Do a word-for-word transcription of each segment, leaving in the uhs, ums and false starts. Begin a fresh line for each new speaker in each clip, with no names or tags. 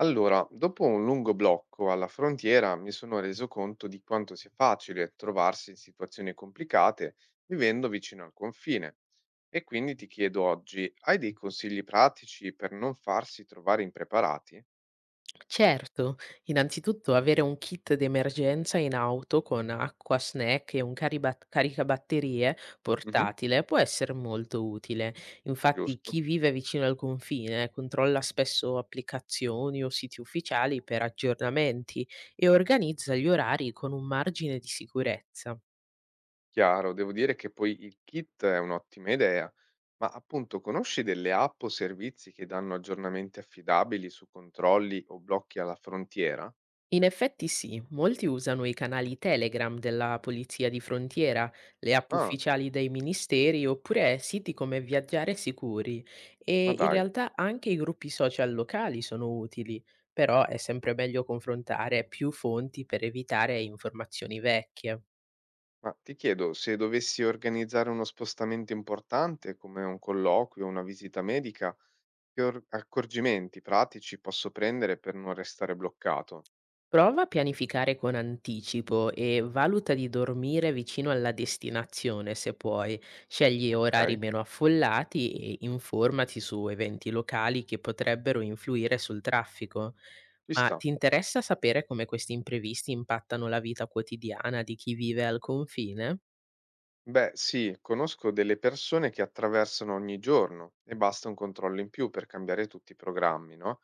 Allora, dopo un lungo blocco alla frontiera mi sono reso conto di quanto sia facile trovarsi in situazioni complicate vivendo vicino al confine. E quindi ti chiedo oggi, hai dei consigli pratici per non farsi trovare impreparati?
Certo, innanzitutto avere un kit d'emergenza in auto con acqua, snack e un caribat- caricabatterie
Mhm.
portatile può essere molto utile. Infatti,
Giusto,
chi vive vicino al confine controlla spesso applicazioni o siti ufficiali per aggiornamenti e organizza gli orari con un margine di sicurezza.
chiaro, devo dire che poi il kit è un'ottima idea, ma appunto conosci delle app o servizi che danno aggiornamenti affidabili su controlli o blocchi alla frontiera?
In effetti sì, molti usano i canali Telegram della Polizia di Frontiera, le app
Ah,
ufficiali dei ministeri oppure siti come Viaggiare Sicuri
ma
e in
dai.
realtà anche i gruppi social locali sono utili, però è sempre meglio confrontare più fonti per evitare informazioni vecchie.
Ma ti chiedo, se dovessi organizzare uno spostamento importante, come un colloquio o una visita medica, che or- accorgimenti pratici posso prendere per non restare bloccato?
Prova a pianificare con anticipo e valuta di dormire vicino alla destinazione se puoi. Scegli orari
Ok,
meno affollati e informati su eventi locali che potrebbero influire sul traffico.
ci
Ma
sta.
ti interessa sapere come questi imprevisti impattano la vita quotidiana di chi vive al confine?
Beh, sì, conosco delle persone che attraversano ogni giorno e basta un controllo in più per cambiare tutti i programmi, no?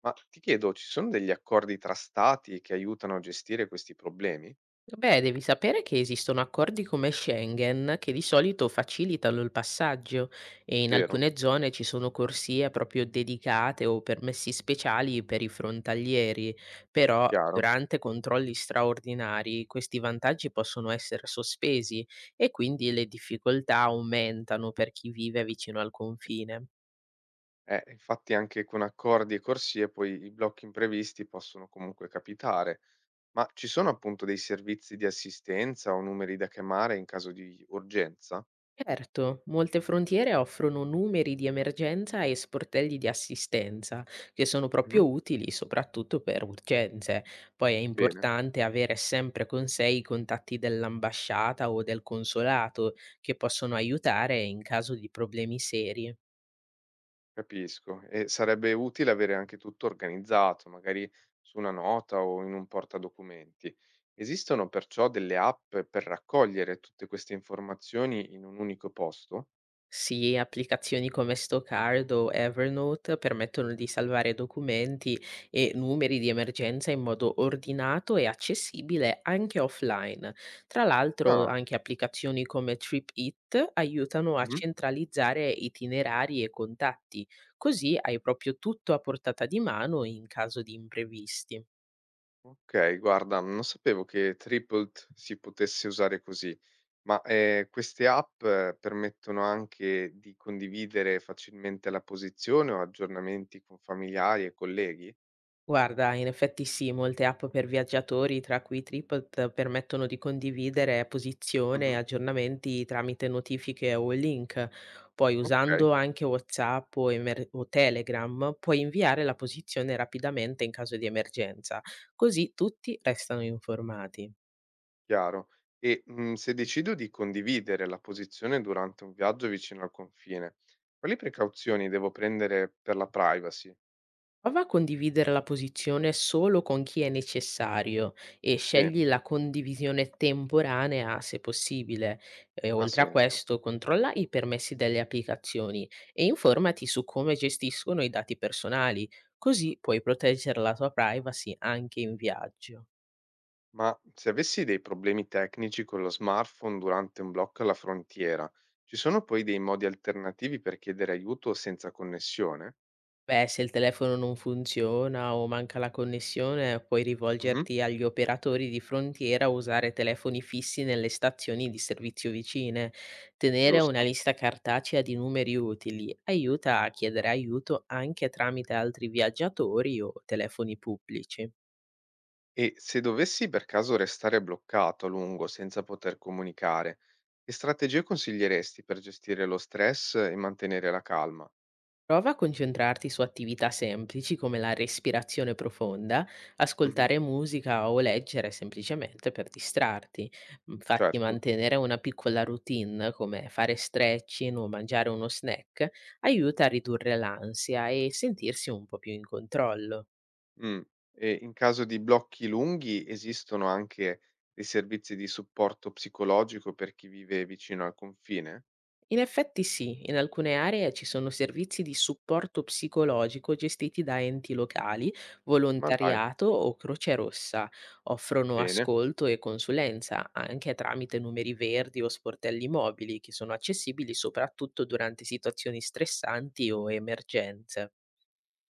Ma ti chiedo, ci sono degli accordi tra stati che aiutano a gestire questi problemi?
Beh, devi sapere che esistono accordi come Schengen che di solito facilitano il passaggio e in
Vero?
alcune zone ci sono corsie proprio dedicate o permessi speciali per i frontalieri, però
Chiaro?
durante controlli straordinari questi vantaggi possono essere sospesi e quindi le difficoltà aumentano per chi vive vicino al confine.
Eh, infatti anche con accordi e corsie poi i blocchi imprevisti possono comunque capitare, ma ci sono appunto dei servizi di assistenza o numeri da chiamare in caso di urgenza?
Certo, molte frontiere offrono numeri di emergenza e sportelli di assistenza, che sono
Mhm.
proprio utili soprattutto per urgenze. Poi è
Bene,
importante avere sempre con sé i contatti dell'ambasciata o del consolato, che possono aiutare in caso di problemi seri.
capisco. E sarebbe utile avere anche tutto organizzato, magari su una nota o in un portadocumenti. Esistono perciò delle app per raccogliere tutte queste informazioni in un unico posto?
Sì, applicazioni come Stockard o Evernote permettono di salvare documenti e numeri di emergenza in modo ordinato e accessibile anche offline. Tra l'altro,
Ah,
anche applicazioni come TripIt aiutano a centralizzare itinerari e contatti, così hai proprio tutto a portata di mano in caso di imprevisti.
okay, guarda, non sapevo che Triplet si potesse usare così, ma, ehm, queste app eh, permettono anche di condividere facilmente la posizione o aggiornamenti con familiari e colleghi?
Guarda, in effetti sì, molte app per viaggiatori, tra cui Tripit, permettono di condividere posizione e
Mh-mh.
aggiornamenti tramite notifiche o link. Poi,
Okay,
usando anche WhatsApp o, emer- o Telegram, puoi inviare la posizione rapidamente in caso di emergenza, così tutti restano informati.
chiaro. E, mhmm, se decido di condividere la posizione durante un viaggio vicino al confine, quali precauzioni devo prendere per la privacy?
Prova a condividere la posizione solo con chi è necessario e
Sì,
scegli la condivisione temporanea se possibile. E
ha
oltre a
senso.
questo, controlla i permessi delle applicazioni e informati su come gestiscono i dati personali, così puoi proteggere la tua privacy anche in viaggio.
Ma se avessi dei problemi tecnici con lo smartphone durante un blocco alla frontiera, ci sono poi dei modi alternativi per chiedere aiuto senza connessione?
Beh, se il telefono non funziona o manca la connessione, puoi
Mhm,
rivolgerti agli operatori di frontiera o usare telefoni fissi nelle stazioni di servizio vicine. Tenere una
giusto.
lista cartacea di numeri utili aiuta a chiedere aiuto anche tramite altri viaggiatori o telefoni pubblici.
E se dovessi per caso restare bloccato a lungo senza poter comunicare, che strategie consiglieresti per gestire lo stress e mantenere la calma?
Prova a concentrarti su attività semplici come la respirazione profonda,
Mhm,
ascoltare musica o leggere semplicemente per distrarti. Infatti
certo.
mantenere una piccola routine come fare stretching o mangiare uno snack aiuta a ridurre l'ansia e sentirsi un po' più in controllo.
Mm. E in caso di blocchi lunghi esistono anche dei servizi di supporto psicologico per chi vive vicino al confine?
In effetti sì, in alcune aree ci sono servizi di supporto psicologico gestiti da enti locali,
Ma dai.
volontariato o Croce Rossa. Offrono
Bene.
ascolto e consulenza anche tramite numeri verdi o sportelli mobili che sono accessibili soprattutto durante situazioni stressanti o emergenze.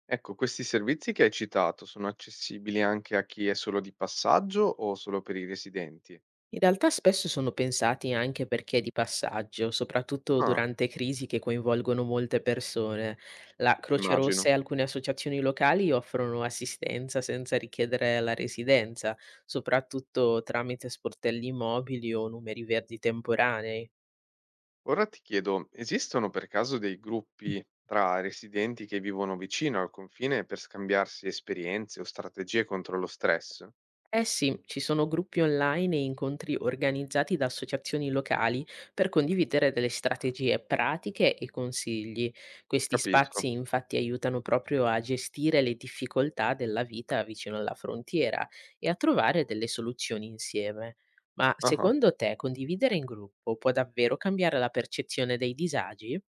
Ecco, questi servizi che hai citato sono accessibili anche a chi è solo di passaggio o solo per i residenti?
In realtà spesso sono pensati anche perché di passaggio, soprattutto
Ah,
durante crisi che coinvolgono molte persone. La Croce Rossa
immagino.
e alcune associazioni locali offrono assistenza senza richiedere la residenza, soprattutto tramite sportelli mobili o numeri verdi temporanei.
Ora ti chiedo, esistono per caso dei gruppi tra residenti che vivono vicino al confine per scambiarsi esperienze o strategie contro lo stress?
Eh sì, ci sono gruppi online e incontri organizzati da associazioni locali per condividere delle strategie pratiche e consigli. Questi spazi
Capisco.
infatti aiutano proprio a gestire le difficoltà della vita vicino alla frontiera e a trovare delle soluzioni insieme. Ma
Ah.
secondo te condividere in gruppo può davvero cambiare la percezione dei disagi?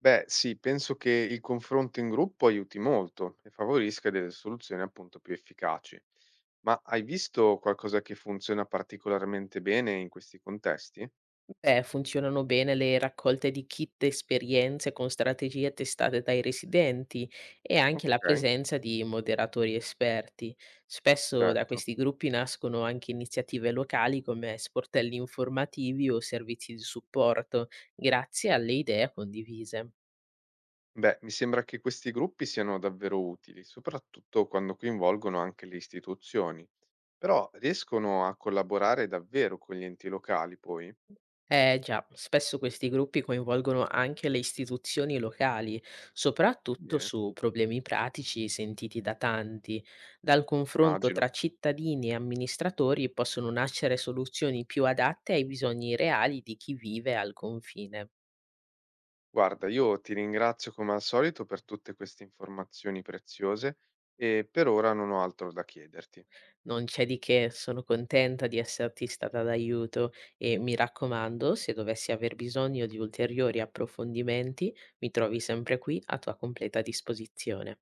Beh, sì, penso che il confronto in gruppo aiuti molto e favorisca delle soluzioni appunto più efficaci. Ma hai visto qualcosa che funziona particolarmente bene in questi contesti?
Eh, funzionano bene le raccolte di kit esperienze con strategie testate dai residenti e anche la
Ok,
presenza di moderatori esperti. Spesso da
certo.
questi gruppi nascono anche iniziative locali come sportelli informativi o servizi di supporto, grazie alle idee condivise.
Beh, mi sembra che questi gruppi siano davvero utili, soprattutto quando coinvolgono anche le istituzioni, però riescono a collaborare davvero con gli enti locali poi?
Eh già, spesso questi gruppi coinvolgono anche le istituzioni locali, soprattutto
Bene,
su problemi pratici sentiti da tanti. Dal confronto
immagino.
tra cittadini e amministratori possono nascere soluzioni più adatte ai bisogni reali di chi vive al confine.
Guarda, io ti ringrazio come al solito per tutte queste informazioni preziose e per ora non ho altro da chiederti.
Non c'è di che, sono contenta di esserti stata d'aiuto e mi raccomando, se dovessi aver bisogno di ulteriori approfondimenti, mi trovi sempre qui a tua completa disposizione.